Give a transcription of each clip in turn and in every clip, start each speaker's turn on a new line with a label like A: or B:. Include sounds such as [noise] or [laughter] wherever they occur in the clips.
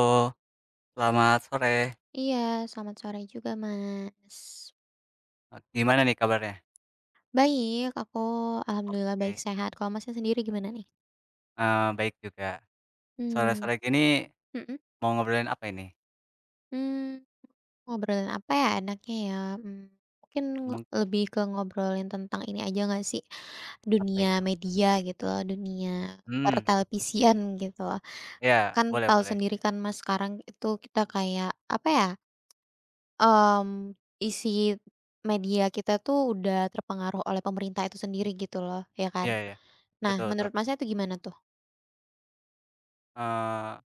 A: Halo, selamat sore.
B: Iya, selamat sore juga, Mas.
A: Gimana nih kabarnya?
B: Baik, aku alhamdulillah baik
A: Oke,
B: sehat. Kalau Masnya sendiri gimana nih?
A: baik juga.
B: Mmm,
A: Sore-sore gini
B: mhm,
A: mau ngobrolin apa ini?
B: mmm, ngobrolin apa ya enaknya ya? Mmm, mungkin
A: Mung
B: lebih ke ngobrolin tentang ini aja nggak sih,
A: Apa
B: dunia
A: itu?
B: media gitu loh, dunia
A: hmm
B: pertelevisian gitu loh.
A: Ya,
B: Kan
A: boleh
B: tahu
A: boleh.
B: sendiri kan Mas, sekarang itu kita kayak apa ya, mmm, isi media kita tuh udah terpengaruh oleh pemerintah itu sendiri gitu loh, ya kan?
A: Iya, ya.
B: Nah,
A: Betul betul.
B: menurut Masnya itu gimana tuh?
A: Eee,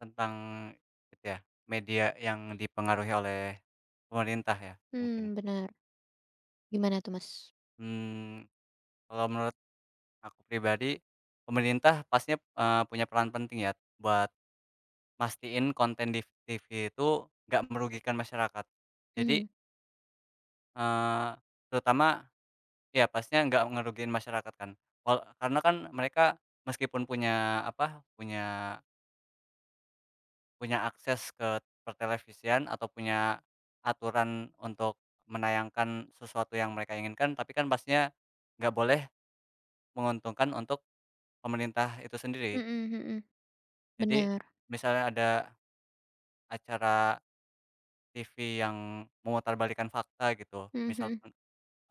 A: Tentang itu ya, media yang dipengaruhi oleh pemerintah ya, mungkin.
B: Mmm, bener. Gimana tuh, Mas?
A: hmm Kalau menurut aku pribadi, pemerintah pastinya, punya peran penting ya buat mastiin konten di TV itu nggak merugikan masyarakat.
B: Mhm.
A: Jadi, Eee, terutama ya pastinya nggak ngerugiin masyarakat kan. Karena kan mereka meskipun punya apa, punya punya akses ke pertelevisian atau punya aturan untuk menayangkan sesuatu yang mereka inginkan, tapi kan pastinya nggak boleh menguntungkan untuk pemerintah itu sendiri.
B: Mhm mhm.
A: Jadi
B: Bener.
A: misalnya ada acara TV yang memutarbalikkan fakta gitu,
B: Mhm
A: misal
B: mhm,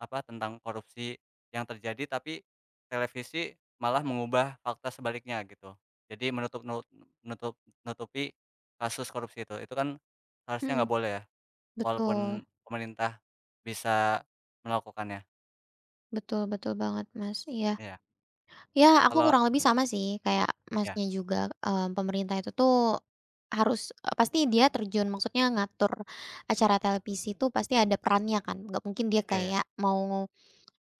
A: apa, tentang korupsi yang terjadi, tapi televisi malah mengubah fakta sebaliknya gitu. Jadi menutup nu nutup nutupi kasus korupsi itu. Itu kan harusnya
B: mhm.
A: nggak boleh ya,
B: Betul.
A: walaupun pemerintah bisa melakukannya.
B: Betul betul banget, Mas. Iya.
A: Iya,
B: Ya, aku
A: kalau
B: kurang lebih sama sih kayak
A: ya,
B: Masnya juga, pemerintah itu tuh harus pasti dia terjun maksudnya ngatur acara televisi itu pasti ada perannya kan, nggak mungkin dia
A: iya iya,
B: kayak mau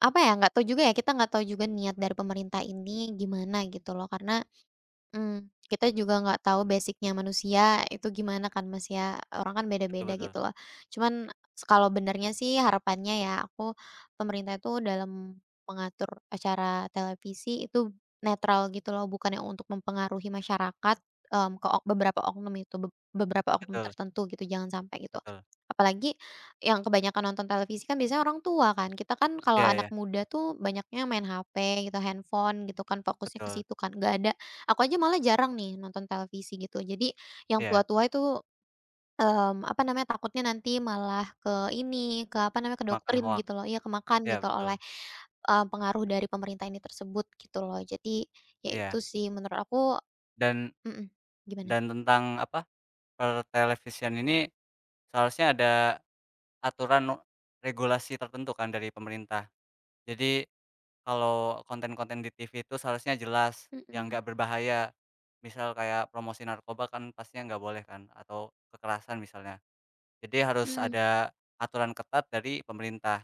B: apa ya, nggak tahu juga ya, kita nggak tahu juga niat dari pemerintah ini gimana gitu loh, karena kita juga nggak tahu basic-nya manusia itu gimana kan, Mas, ya, orang kan
A: betul
B: beda-beda
A: betul
B: gitu loh. Cuman kalau benernya sih harapannya ya aku pemerintah itu dalam mengatur acara televisi itu netral gitu loh, bukan yang untuk mempengaruhi masyarakat, ke ok beberapa oknum itu, beberapa oknum
A: betul
B: tertentu gitu, jangan sampai gitu.
A: betul.
B: Apalagi yang kebanyakan nonton televisi kan biasanya orang tua kan, kita kan kalau
A: Iya
B: anak
A: iya,
B: muda tuh banyaknya main HP gitu, handphone gitu kan, fokusnya ke
A: betul.
B: situ kan, nggak ada. Aku aja malah jarang nih nonton televisi gitu. Jadi yang
A: Iya,
B: tua-tua itu, apa namanya, takutnya nanti malah ke ini, ke apa namanya, ke
A: makan
B: kedoktrin
A: hoak.
B: gitu loh. Iya kemakan
A: Iya,
B: gitu
A: betul.
B: oleh, pengaruh dari pemerintah ini tersebut gitu loh. Jadi ya itu
A: Iya,
B: sih menurut aku
A: dan
B: mhm, gimana?
A: dan tentang apa, pertelevisian ini seharusnya ada Aturan no regulasi tertentu kan dari pemerintah. Jadi, kalau konten-konten di TV itu seharusnya jelas, yang
B: Mhm
A: nggak berbahaya. Misal kayak promosi narkoba kan pastinya nggak boleh kan, atau kekerasan misalnya. Jadi harus
B: mhm
A: ada aturan ketat dari pemerintah.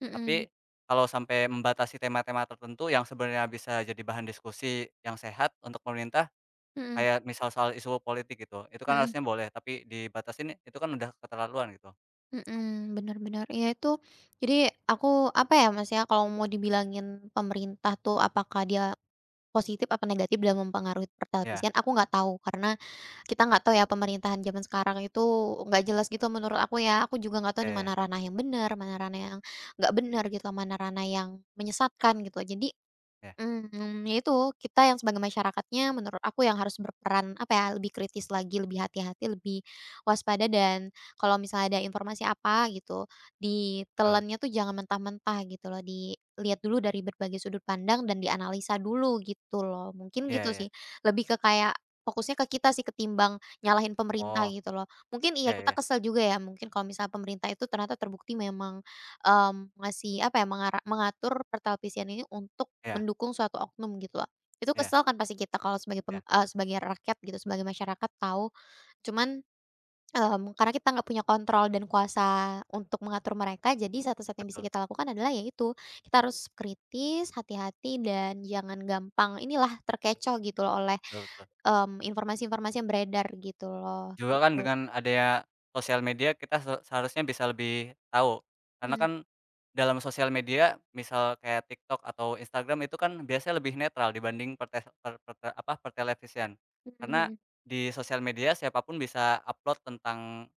B: mhm
A: Tapi kalau sampai membatasi tema-tema tertentu yang sebenarnya bisa jadi bahan diskusi yang sehat untuk pemerintah,
B: mhm
A: kayak misal soal isu politik gitu, itu kan
B: mhm
A: harusnya boleh, tapi dibatasin itu kan udah keterlaluan gitu.
B: mhm, bener bener. Ya itu jadi aku apa ya, Mas, ya, kalau mau dibilangin pemerintah tuh apakah dia positif apa negatif dalam mempengaruhi
A: Ya
B: pertelevisian aku nggak tahu, karena kita nggak tahu ya pemerintahan zaman sekarang itu nggak jelas gitu menurut aku ya. Aku juga nggak tahu
A: ya
B: di
A: ya
B: mana ranah yang benar, mana ranah yang nggak benar gitu, mana ranah yang menyesatkan gitu. Jadi
A: ya,
B: Ya itu, kita yang sebagai masyarakatnya menurut aku yang harus berperan, apa ya, lebih kritis lagi, lebih hati-hati, lebih waspada dan kalau misalnya ada informasi apa gitu,
A: betul.
B: ditelannya tuh jangan mentah-mentah gitu loh, dilihat dulu dari berbagai sudut pandang dan dianalisa dulu gitu loh. Mungkin
A: Iya
B: gitu
A: iya.
B: sih, lebih ke kayak fokusnya ke kita sih ketimbang nyalahin pemerintah
A: Oh,
B: gitu loh. Mungkin iya
A: iya
B: kita
A: iya
B: kesel juga ya, mungkin kalau misalnya pemerintah itu ternyata terbukti memang, ngasih, apa ya, mengatur pertelevisian ini untuk
A: iya
B: mendukung suatu oknum gitu loh. Itu
A: iya
B: kesel kan pasti kita kalau sebagai
A: iya,
B: sebagai rakyat gitu, sebagai masyarakat tahu. Cuman, karena kita nggak punya kontrol dan kuasa untuk mengatur mereka, jadi satu-satunya yang bisa
A: betul
B: kita lakukan adalah yaitu kita harus kritis, hati-hati, dan jangan gampang inilah terkecoh gitu loh oleh,
A: betul betul.
B: informasi-informasi yang beredar gitu loh,
A: Juga kan
B: gitu.
A: dengan adanya sosial media kita seharusnya bisa lebih tahu, karena
B: Mhm,
A: kan dalam sosial media misal kayak TikTok atau Instagram itu kan biasanya lebih netral dibanding pertes per perte apa, pertelevisian. Karena
B: mhm
A: di sosial media siapapun bisa upload tentang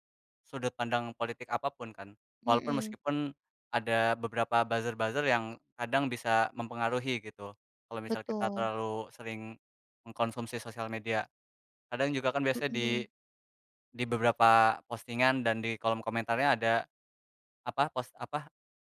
A: sudut pandang politik apapun kan.
B: mhm,
A: Walaupun
B: mhm,
A: meskipun ada beberapa buzzer-buzzer yang kadang bisa mempengaruhi gitu, kalau misal kita
B: betul,
A: terlalu sering mengkonsumsi sosial media. Kadang juga kan
B: mhm
A: biasanya di
B: mhm.
A: di beberapa postingan dan di kolom komentarnya ada, apa,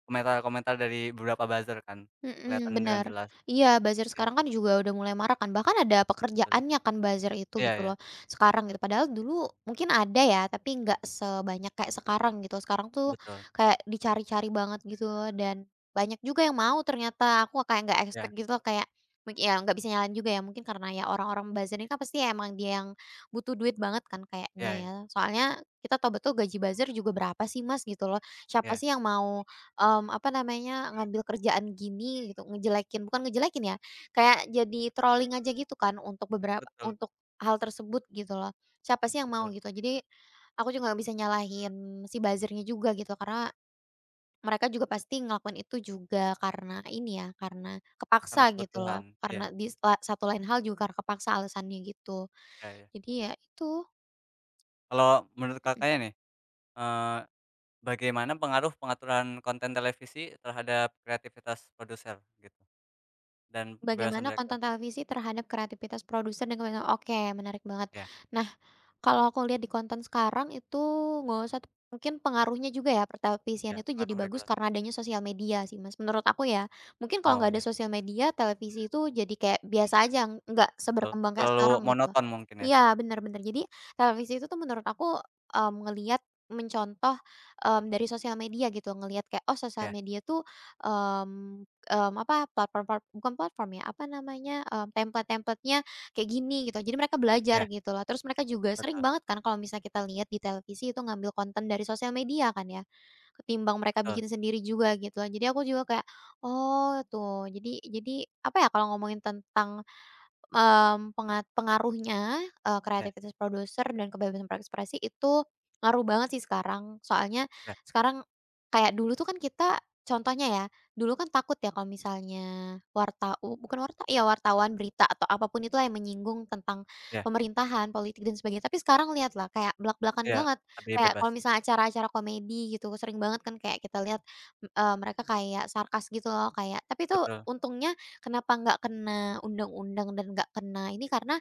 A: komentar-komentar dari beberapa buzzer kan,
B: Mhm,
A: kelihatan dengan
B: bener.
A: jelas,
B: Iya, buzzer
A: ya,
B: sekarang kan juga udah mulai marak kan, bahkan ada
A: betul.
B: pekerjaannya kan buzzer itu
A: Iya
B: gitu
A: iya,
B: loh, sekarang
A: betul
B: gitu. Padahal dulu mungkin ada ya, tapi nggak sebanyak kayak sekarang gitu. Sekarang tuh
A: betul,
B: kayak dicari-cari banget gitu loh, dan banyak juga yang mau ternyata. Aku kayak nggak
A: iya
B: expect gitu loh, kayak mungkin ya nggak bisa nyalain juga ya, mungkin karena ya orang-orang buzzer ini kan pasti emang dia yang butuh duit banget kan kayaknya
A: iya iya
B: ya. Soalnya kita tahu betul gaji buzzer juga berapa sih Mas gitu loh. Siapa
A: iya,
B: sih yang mau apa namanya, ngambil kerjaan gini gitu, ngejelekin bukan ngejelekin ya, kayak jadi trolling aja gitu kan untuk beberapa
A: betul
B: untuk hal tersebut gitu loh. Siapa sih yang mau
A: betul,
B: gitu. Jadi aku juga nggak bisa nyalahin si buzzernya juga gitu, karena mereka juga pasti ngelakuin itu juga karena ini ya, karena
A: karena
B: kepaksa gitu loh,
A: kebutuhan, iya
B: karena di la satu lain hal juga karena kepaksa alasannya gitu.
A: iya iya.
B: Jadi ya itu,
A: Kalau menurut
B: mhm,
A: Kakaknya nih, eee, bagaimana pengaruh pengaturan konten televisi terhadap kreativitas produser gitu, dan kebebasan
B: bagaimana konten
A: berekspresi?
B: televisi terhadap kreativitas produser dan kebiasaan. Oke menarik banget.
A: Iya
B: Nah, kalau aku lihat di konten sekarang itu nggak usah mungkin pengaruhnya juga ya pertelevisian
A: iya,
B: itu
A: pengaruh
B: jadi bagus
A: regulasi.
B: karena adanya sosial media sih, Mas, menurut aku ya. Mungkin kalau
A: Oh,
B: nggak ada
A: ya,
B: sosial media, televisi itu jadi kayak biasa aja, nggak
A: betul,
B: seberkembang kayak
A: terlalu
B: sekarang gitu loh.
A: monoton mungkin ya?
B: Iya, benar bener. Jadi televisi itu tuh menurut aku, ngelihat mencontoh, dari sosial media gitu, ngelihat kayak, oh sosial
A: Iya
B: media tuh, apa, platform bukan platform ya, apa namanya, templatenya kayak gini gitu. Jadi mereka belajar
A: iya,
B: gitu loh. Terus mereka juga sering
A: betul
B: banget kan kalau misalnya kita lihat di televisi itu ngambil konten dari sosial media kan ya, ketimbang mereka
A: betul.
B: bikin sendiri juga gitu loh. Jadi aku juga kayak, oh tuh jadi apa ya kalau ngomongin tentang pengaruhnya,
A: Iya
B: kreativitas produser dan kebebasan berekspresi itu ngaruh banget sih sekarang. Soalnya
A: iya
B: sekarang kayak dulu tuh kan kita contohnya ya, dulu kan takut ya kalau misalnya warta u bukan warta ya wartawan, berita, atau apapun itulah yang menyinggung tentang
A: iya
B: pemerintahan, politik, dan sebagainya. Tapi sekarang lihatlah kayak belak belakan
A: iya,
B: banget,
A: lebih
B: kayak
A: bebas.
B: kalau misalnya acara-acara komedi gitu, sering banget kan kayak kita lihat, mereka kayak sarkas gitu loh, kayak tapi itu
A: Betul
B: untungnya kenapa nggak kena undang-undang dan nggak kena ini, karena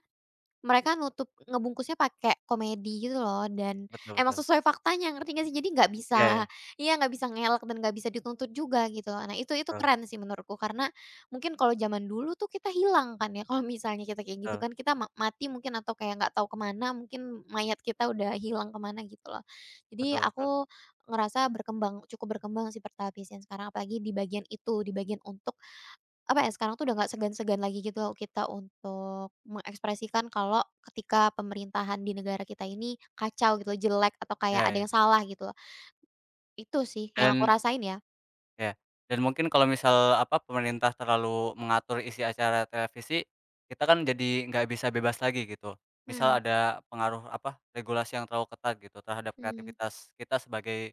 B: mereka ngebungkusnya pakai komedi gitu loh dan
A: betul
B: emang
A: betul.
B: sesuai faktanya, ngerti nggak sih? Jadi nggak
A: Iya
B: bisa
A: iya,
B: iya, nggak bisa ngelak dan nggak bisa dituntut juga gitu. Nah, itu
A: betul
B: keren sih menurutku karena mungkin kalau zaman dulu tuh kita hilang kan ya, [laughs] kalau misalnya kita kayak gitu
A: betul
B: kan, kita mati mungkin atau kayak nggak tahu kemana mungkin mayat kita udah hilang kemana gitu loh. Jadi
A: betul betul.
B: aku ngerasa berkembang, cukup berkembang sih pertapisian sekarang, apalagi di bagian itu, di bagian untuk apa ya, sekarang tuh udah nggak segan-segan lagi gitu loh kita untuk mengekspresikan kalau ketika pemerintahan di negara kita ini kacau gitu loh, jelek atau kayak
A: Iya
B: ada
A: iya.
B: yang salah gitu loh. Itu sih yang aku
A: Dan
B: rasain ya.
A: iya, dan mungkin kalau misal, apa, pemerintah terlalu mengatur isi acara televisi, kita kan jadi nggak bisa bebas lagi gitu.
B: Mhm,
A: Misal ada pengaruh, apa, regulasi yang terlalu ketat gitu terhadap
B: mhm,
A: kreativitas kita sebagai,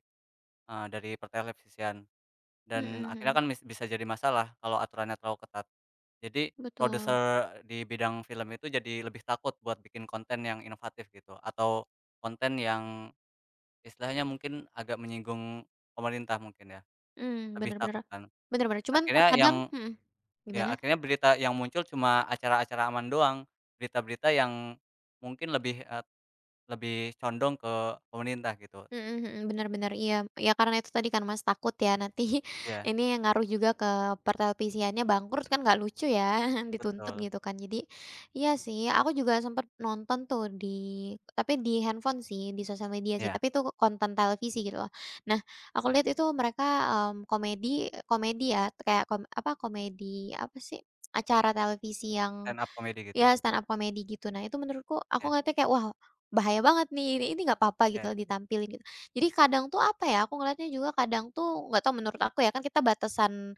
A: dari pertelevisian.
B: mhm
A: Dan akhirnya
B: mhm,
A: kan bisa jadi masalah kalau aturannya terlalu ketat. Jadi produser
B: betul.
A: di bidang film itu jadi lebih takut buat bikin konten yang inovatif gitu, atau konten yang istilahnya mungkin agak menyinggung pemerintah mungkin ya,
B: Mmm,
A: lebih
B: bener bener.
A: takut kan.
B: Bener bener, cuman
A: Akhirnya
B: terkadang
A: yang Ya,
B: gimana?
A: akhirnya berita yang muncul cuma acara-acara aman doang, berita-berita yang mungkin lebih, lebih condong ke pemerintah gitu.
B: Mhm mhm, bener bener, iya. Ya karena itu tadi kan Mas, takut ya nanti [laughs]
A: Iya,
B: ini yang ngaruh juga ke pertelevisiannya bangkrut kan nggak lucu ya, [laughs] dituntut
A: betul.
B: gitu kan. Jadi iya sih, aku juga sempat nonton tuh di tapi di handphone sih, di sosial media sih,
A: Iya
B: tapi itu konten televisi gitu loh. Nah, aku
A: iya,
B: lihat itu mereka, komedi komedi ya, kayak komedi apa sih, acara televisi yang
A: stand up comedy gitu ya.
B: ya stand up komedi gitu. Nah, itu menurutku aku
A: Iya
B: ngeliatnya kayak, "Wah, bahaya banget nih, ini nggak apa-apa," gitu,
A: iya
B: loh ditampilin gitu. Jadi kadang tuh, apa ya, aku ngeliatnya juga kadang tuh nggak tahu menurut aku ya, kan kita batasan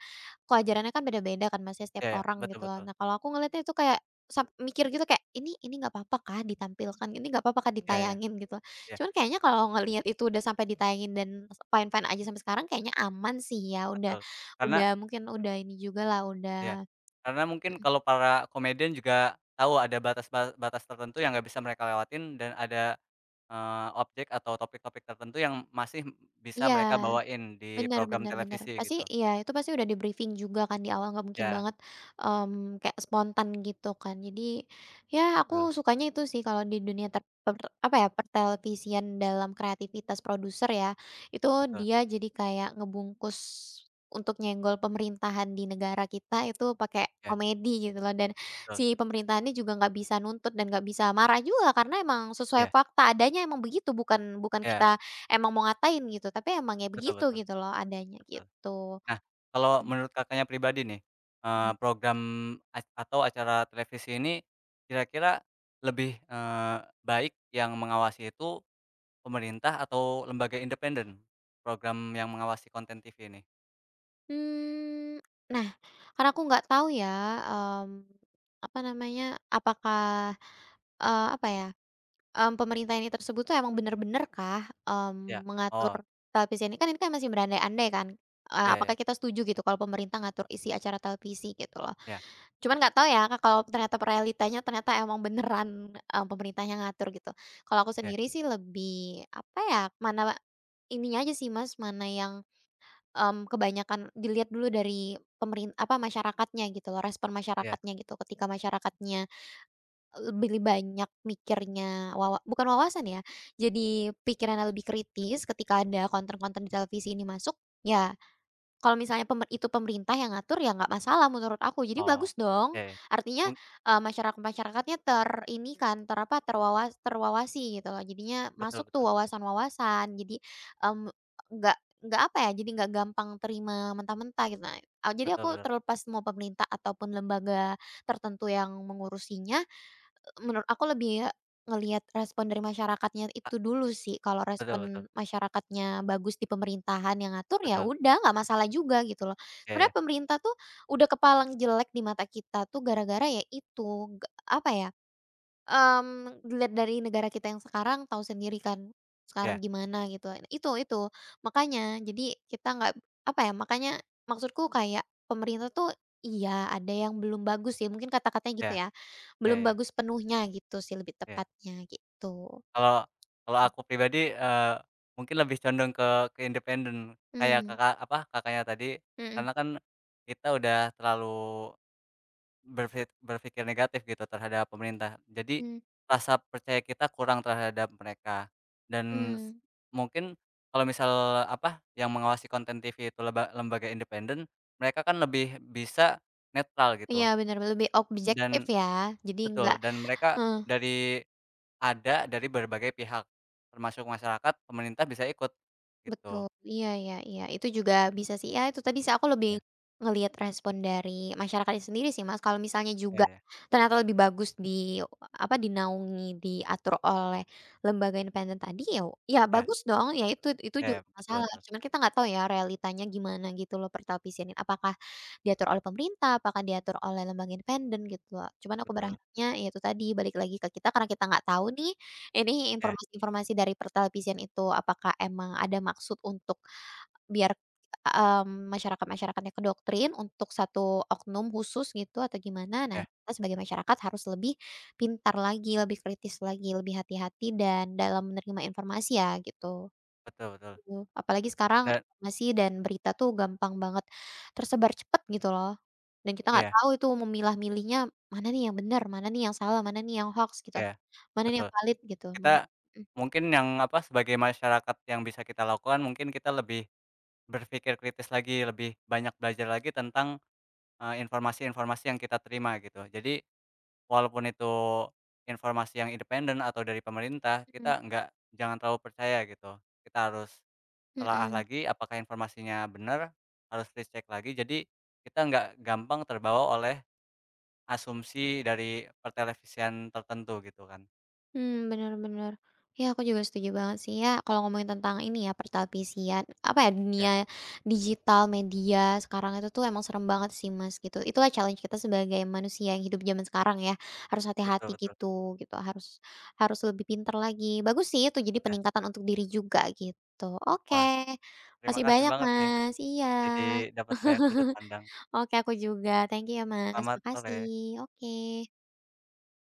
B: kewajarannya kan beda-beda kan masih setiap
A: iya iya,
B: orang
A: betul
B: gitu loh.
A: betul.
B: Nah, kalau aku ngeliatnya itu kayak sam mikir gitu kayak, ini nggak apa-apa kah ditampilkan? Ini nggak apa-apa kah
A: Iya iya.
B: ditayangin?" Gitu loh.
A: Iya,
B: Cuman kayaknya kalau ngelihat itu udah sampai ditayangin dan fine-fine aja sampai sekarang kayaknya aman sih ya,
A: betul. Karena
B: udah mungkin udah ini juga lah,
A: iya,
B: udah
A: karena mungkin
B: mhm,
A: kalau para komedian juga tahu ada batas tertentu yang nggak bisa mereka lewatin dan ada, objek atau topik-topik tertentu yang masih bisa
B: iya.
A: mereka bawain di
B: Bener
A: program
B: bener bener.
A: televisi
B: Pasti
A: gitu.
B: iya, itu pasti udah di-briefing juga kan di awal, nggak mungkin
A: Iya,
B: banget, kayak spontan gitu kan. Jadi, ya aku
A: betul
B: sukanya itu sih kalau di dunia ter per apa ya, pertelevisian dalam kreativitas produser ya, itu
A: betul.
B: dia jadi kayak ngebungkus untuk nyenggol pemerintahan di negara kita itu pakai
A: Iya,
B: komedi gitu loh, dan
A: betul.
B: si pemerintahannya juga nggak bisa nuntut dan nggak bisa marah juga karena emang sesuai
A: Iya
B: fakta adanya emang begitu, bukan bukan
A: iya,
B: kita emang mau ngatain gitu, tapi emang ya
A: betul
B: begitu
A: betul
B: gitu loh adanya
A: betul.
B: gitu.
A: Nah, kalau
B: Mhm
A: menurut Kakaknya pribadi nih,
B: mhm.
A: program ac atau acara televisi ini kira-kira lebih, baik yang mengawasi itu pemerintah atau lembaga independen? Program yang mengawasi konten TV ini?
B: Mmm, nah, karena aku nggak tahu ya, mmm, apa namanya, apakah, apa ya, pemerintah ini tersebut tuh emang bener-bener kah,
A: Iya.
B: mengatur
A: Oh,
B: televisi ini? Kan ini kan masih berandai-andai kan,
A: iya iya
B: apakah kita setuju gitu kalau pemerintah ngatur isi acara televisi gitu loh.
A: iya
B: Cuman nggak tahu ya, Kak, kalau ternyata realitanya ternyata emang beneran, pemerintahnya ngatur gitu. Kalau aku
A: iya
B: sendiri sih lebih, apa ya, mana ininya aja sih, Mas, mana yang, kebanyakan dilihat dulu dari masyarakatnya gitu loh, respon
A: iya.
B: masyarakatnya gitu. Ketika masyarakatnya lebih banyak mikirnya wawa bukan wawasan ya, jadi pikirannya lebih kritis ketika ada konten-konten di televisi ini masuk, ya kalau misalnya pemerintah yang ngatur, ya nggak masalah menurut aku. Jadi
A: Oh,
B: bagus dong.
A: iya iya.
B: Artinya,
A: Mung
B: masyarakat-masyarakatnya ter ini kan, ter apa, terwawasi gitu loh. Jadinya
A: Betul
B: masuk tuh
A: betul
B: wawasan-wawasan. Jadi, mmm, nggak apa ya, jadi nggak gampang terima mentah-mentah gitu. Nah, jadi
A: betul
B: aku
A: betul.
B: terlepas mau pemerintah ataupun lembaga tertentu yang mengurusinya, menurut aku lebih ya ngelihat respon dari masyarakatnya
A: A
B: itu dulu sih, kalau
A: Betul betul
B: respon masyarakatnya bagus di pemerintahan yang ngatur, ya
A: betul.
B: udah nggak masalah juga gitu loh.
A: Iya
B: Sebenarnya
A: iya
B: pemerintah tuh udah kepalang jelek di mata kita tuh gara-gara ya itu, ge apa ya, dilihat dari negara kita yang sekarang tahu sendiri kan,
A: iya
B: sekarang gimana gitu. Nah, itu, makanya jadi kita nggak apa ya, makanya maksudku kayak pemerintah tuh iya ada yang belum bagus sih, mungkin kata-katanya gitu
A: iya
B: ya,
A: iya
B: belum
A: iya
B: bagus penuhnya gitu sih lebih
A: iya.
B: tepatnya gitu.
A: Kalau kalau aku pribadi, mungkin lebih condong ke independen, kayak
B: Mmm,
A: Kakak, apa, Kakaknya tadi,
B: mhm
A: karena kan kita udah terlalu berpikir negatif gitu terhadap pemerintah. Jadi,
B: mhm,
A: rasa percaya kita kurang terhadap mereka. Dan
B: mmm.
A: mungkin kalau misal, apa, yang mengawasi konten TV itu lembaga independen, mereka kan lebih bisa netral
B: Iya
A: gitu
B: bener, lebih objektif
A: dan
B: ya, jadi
A: betul,
B: nggak
A: dan mereka
B: heeh.
A: dari ada dari berbagai pihak, termasuk masyarakat, pemerintah bisa ikut, gitu.
B: Betul, iya iya iya, itu juga bisa sih, ya itu tadi sih aku lebih
A: Ya
B: ngelihat respon dari masyarakatnya sendiri sih, Mas, kalau misalnya juga
A: ya ya
B: ternyata lebih bagus di apa, dinaungi, diatur oleh lembaga independen tadi, ya ya
A: ya
B: bagus dong, ya itu
A: ya
B: juga
A: ya,
B: nggak
A: betul
B: masalah,
A: betul
B: cuman kita nggak tahu ya realitanya gimana gitu loh pertelevisian ini, apakah diatur oleh pemerintah, apakah diatur oleh lembaga independen gitu loh, cuman aku
A: betul.
B: berharapnya ya itu tadi balik lagi ke kita karena kita nggak tahu nih, ini
A: Ya
B: informasi-informasi dari pertelevisian itu, apakah emang ada maksud untuk biar, masyarakat-masyarakatnya kedoktrin untuk satu oknum khusus gitu atau gimana? Nah,
A: ya,
B: kita sebagai masyarakat harus lebih pintar lagi, lebih kritis lagi, lebih hati-hati dan dalam menerima informasi ya gitu.
A: betul betul.
B: Mhm, apalagi sekarang
A: Dan
B: informasi dan berita tuh gampang banget tersebar cepat gitu loh, dan kita nggak
A: iya
B: tahu itu memilah-milihnya mana nih yang bener, mana nih yang salah, mana nih yang hoaks gitu,
A: iya,
B: mana nih yang
A: betul.
B: valid gitu, mana
A: Kita
B: mhm.
A: mungkin yang, apa, sebagai masyarakat yang bisa kita lakukan mungkin kita lebih berpikir kritis lagi, lebih banyak belajar lagi tentang, informasi-informasi yang kita terima gitu. Jadi walaupun itu informasi yang independen atau dari pemerintah,
B: Mmm,
A: kita nggak jangan terlalu percaya gitu. Kita harus telaah
B: mhm,
A: lagi apakah informasinya benar, harus dicek lagi. Jadi kita nggak gampang terbawa oleh asumsi dari pertelevisian tertentu gitu kan.
B: mmm, bener bener. Ya, aku juga setuju banget sih ya kalau ngomongin tentang ini ya pertelevisian apa ya, dunia
A: Ya,
B: digital media sekarang itu tuh emang serem banget sih Mas, gitu. Itulah challenge kita sebagai manusia yang hidup zaman sekarang ya, harus
A: betul
B: hati-hati
A: betul.
B: gitu gitu, harus harus lebih pintar lagi. Bagus sih itu jadi
A: Ya,
B: peningkatan untuk diri juga gitu. Oke,
A: wah. Terima
B: makasih
A: kasih
B: banyak
A: banget nih,
B: Mas, iya.
A: jadi dapat banyak sudut pandang.
B: [laughs] Oke, aku juga. Thank you ya Mas,
A: Selamat sore.
B: makasih. Oke.